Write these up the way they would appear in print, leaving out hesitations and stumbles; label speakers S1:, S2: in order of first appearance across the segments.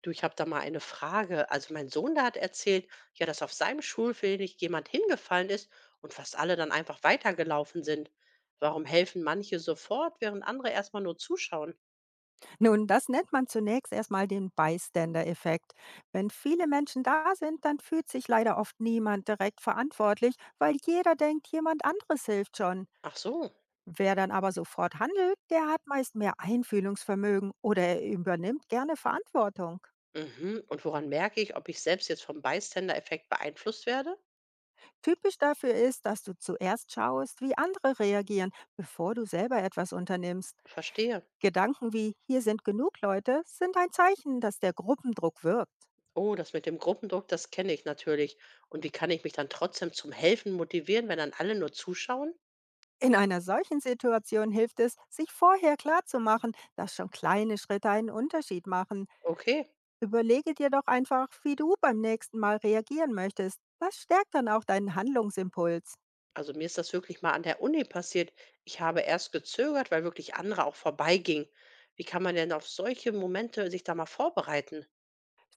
S1: Du, ich habe da mal eine Frage. Also mein Sohn, der hat erzählt, ja, dass auf seinem Schulweg jemand hingefallen ist und fast alle dann einfach weitergelaufen sind. Warum helfen manche sofort, während andere erstmal nur zuschauen?
S2: Nun, das nennt man zunächst erstmal den Bystander-Effekt. Wenn viele Menschen da sind, dann fühlt sich leider oft niemand direkt verantwortlich, weil jeder denkt, jemand anderes hilft schon.
S1: Ach so.
S2: Wer dann aber sofort handelt, der hat meist mehr Einfühlungsvermögen oder er übernimmt gerne Verantwortung.
S1: Mhm. Und woran merke ich, ob ich selbst jetzt vom Bystander-Effekt beeinflusst werde?
S2: Typisch dafür ist, dass du zuerst schaust, wie andere reagieren, bevor du selber etwas unternimmst.
S1: Verstehe.
S2: Gedanken wie hier sind genug Leute sind ein Zeichen, dass der Gruppendruck wirkt.
S1: Oh, das mit dem Gruppendruck, das kenne ich natürlich. Und wie kann ich mich dann trotzdem zum Helfen motivieren, wenn dann alle nur zuschauen?
S2: In einer solchen Situation hilft es, sich vorher klarzumachen, dass schon kleine Schritte einen Unterschied machen.
S1: Okay.
S2: Überlege dir doch einfach, wie du beim nächsten Mal reagieren möchtest. Das stärkt dann auch deinen Handlungsimpuls.
S1: Also mir ist das wirklich mal an der Uni passiert. Ich habe erst gezögert, weil wirklich andere auch vorbeigingen. Wie kann man denn auf solche Momente sich da mal vorbereiten?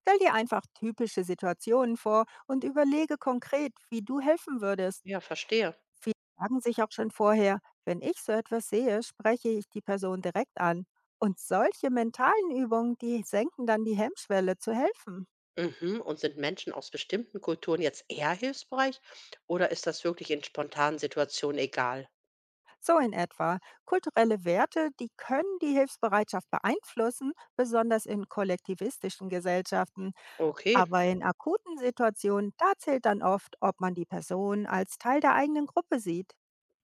S2: Stell dir einfach typische Situationen vor und überlege konkret, wie du helfen würdest.
S1: Ja, verstehe.
S2: Viele sagen sich auch schon vorher, wenn ich so etwas sehe, spreche ich die Person direkt an. Und solche mentalen Übungen, die senken dann die Hemmschwelle zu helfen.
S1: Mhm. Und sind Menschen aus bestimmten Kulturen jetzt eher hilfsbereit oder ist das wirklich in spontanen Situationen egal?
S2: So in etwa. Kulturelle Werte, die können die Hilfsbereitschaft beeinflussen, besonders in kollektivistischen Gesellschaften.
S1: Okay,
S2: Aber in akuten Situationen, da zählt dann oft, ob man die Person als Teil der eigenen Gruppe sieht.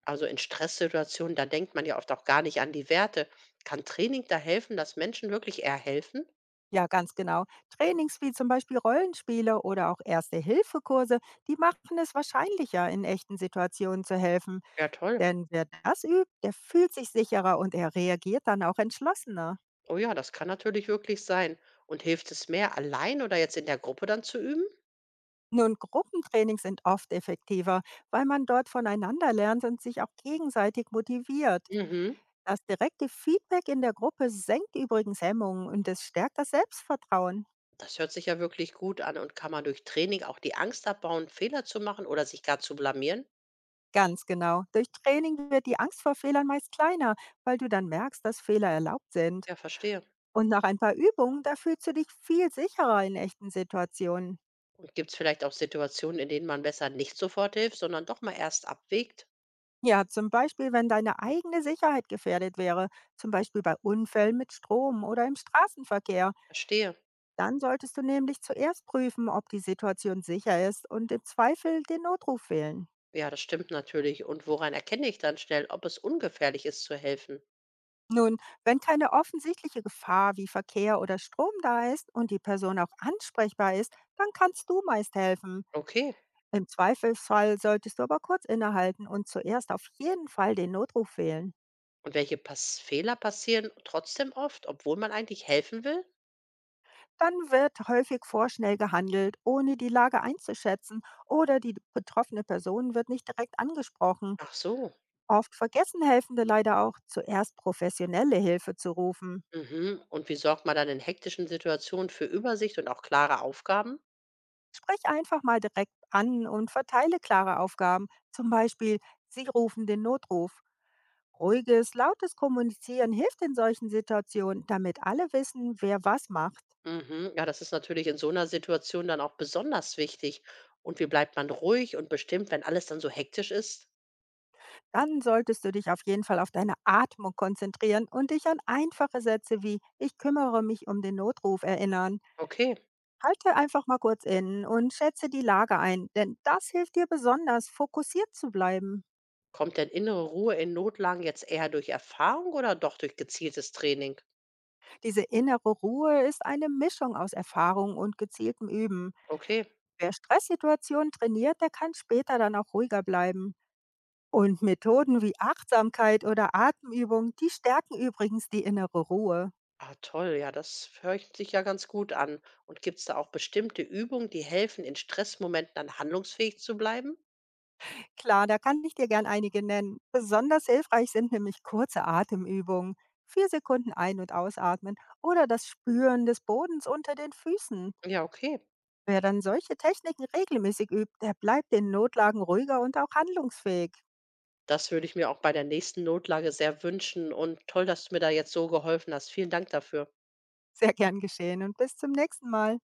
S1: also in Stresssituationen, da denkt man ja oft auch gar nicht an die Werte. Kann Training da helfen, dass Menschen wirklich eher helfen?
S2: Ja, ganz genau. Trainings wie zum Beispiel Rollenspiele oder auch Erste-Hilfe-Kurse, die machen es wahrscheinlicher, in echten Situationen zu helfen.
S1: Ja, toll.
S2: Denn wer das übt, der fühlt sich sicherer und er reagiert dann auch entschlossener.
S1: Oh ja, das kann natürlich wirklich sein. Und hilft es mehr, allein oder jetzt in der Gruppe dann zu üben?
S2: Nun, Gruppentraining sind oft effektiver, weil man dort voneinander lernt und sich auch gegenseitig motiviert.
S1: Mhm.
S2: Das direkte Feedback in der Gruppe senkt übrigens Hemmungen und es stärkt das Selbstvertrauen.
S1: Das hört sich ja wirklich gut an, und kann man durch Training auch die Angst abbauen, Fehler zu machen oder sich gar zu blamieren?
S2: Ganz genau. Durch Training wird die Angst vor Fehlern meist kleiner, weil du dann merkst, dass Fehler erlaubt sind.
S1: Ja, verstehe.
S2: Und nach ein paar Übungen, da fühlst du dich viel sicherer in echten Situationen.
S1: Und gibt es vielleicht auch Situationen, in denen man besser nicht sofort hilft, sondern doch mal erst abwägt?
S2: Ja, zum Beispiel, wenn deine eigene Sicherheit gefährdet wäre, zum Beispiel bei Unfällen mit Strom oder im Straßenverkehr.
S1: Verstehe.
S2: Dann solltest du nämlich zuerst prüfen, ob die Situation sicher ist und im Zweifel den Notruf wählen.
S1: Ja, das stimmt natürlich. Und woran erkenne ich dann schnell, ob es ungefährlich ist zu helfen?
S2: Nun, wenn keine offensichtliche Gefahr wie Verkehr oder Strom da ist und die Person auch ansprechbar ist, dann kannst du meist helfen.
S1: Okay.
S2: Im Zweifelsfall solltest du aber kurz innehalten und zuerst auf jeden Fall den Notruf wählen.
S1: Und welche Pass Fehler passieren trotzdem oft, obwohl man eigentlich helfen will?
S2: Dann wird häufig vorschnell gehandelt, ohne die Lage einzuschätzen oder die betroffene Person wird nicht direkt angesprochen.
S1: Ach so.
S2: Oft vergessen Helfende leider auch, zuerst professionelle Hilfe zu rufen.
S1: Mhm. Und wie sorgt man dann in hektischen Situationen für Übersicht und auch klare Aufgaben?
S2: Sprich einfach mal direkt an und verteile klare Aufgaben. Zum Beispiel, Sie rufen den Notruf. Ruhiges, lautes Kommunizieren hilft in solchen Situationen, damit alle wissen, wer was macht.
S1: Mhm. Ja, das ist natürlich in so einer Situation dann auch besonders wichtig. Und wie bleibt man ruhig und bestimmt, wenn alles dann so hektisch ist?
S2: Dann solltest du dich auf jeden Fall auf deine Atmung konzentrieren und dich an einfache Sätze wie „Ich kümmere mich um den Notruf" erinnern.
S1: Okay,
S2: Halte einfach mal kurz inne und schätze die Lage ein, denn das hilft dir besonders, fokussiert zu bleiben.
S1: kommt denn innere Ruhe in Notlagen jetzt eher durch Erfahrung oder doch durch gezieltes Training?
S2: Diese innere Ruhe ist eine Mischung aus Erfahrung und gezieltem Üben.
S1: Okay,
S2: Wer Stresssituationen trainiert, der kann später dann auch ruhiger bleiben. Und Methoden wie Achtsamkeit oder Atemübung, die stärken übrigens die innere Ruhe.
S1: ah, toll, ja, das hört sich ja ganz gut an. Und gibt es da auch bestimmte Übungen, die helfen, in Stressmomenten dann handlungsfähig zu bleiben?
S2: Klar, da kann ich dir gern einige nennen. Besonders hilfreich sind nämlich kurze Atemübungen. 4 Sekunden ein- und ausatmen oder das Spüren des Bodens unter den Füßen.
S1: Ja, okay.
S2: Wer dann solche Techniken regelmäßig übt, der bleibt in Notlagen ruhiger und auch handlungsfähig.
S1: Das würde ich mir auch bei der nächsten Notlage sehr wünschen. Und toll, dass du mir da jetzt so geholfen hast. Vielen Dank dafür.
S2: Sehr gern geschehen und bis zum nächsten Mal.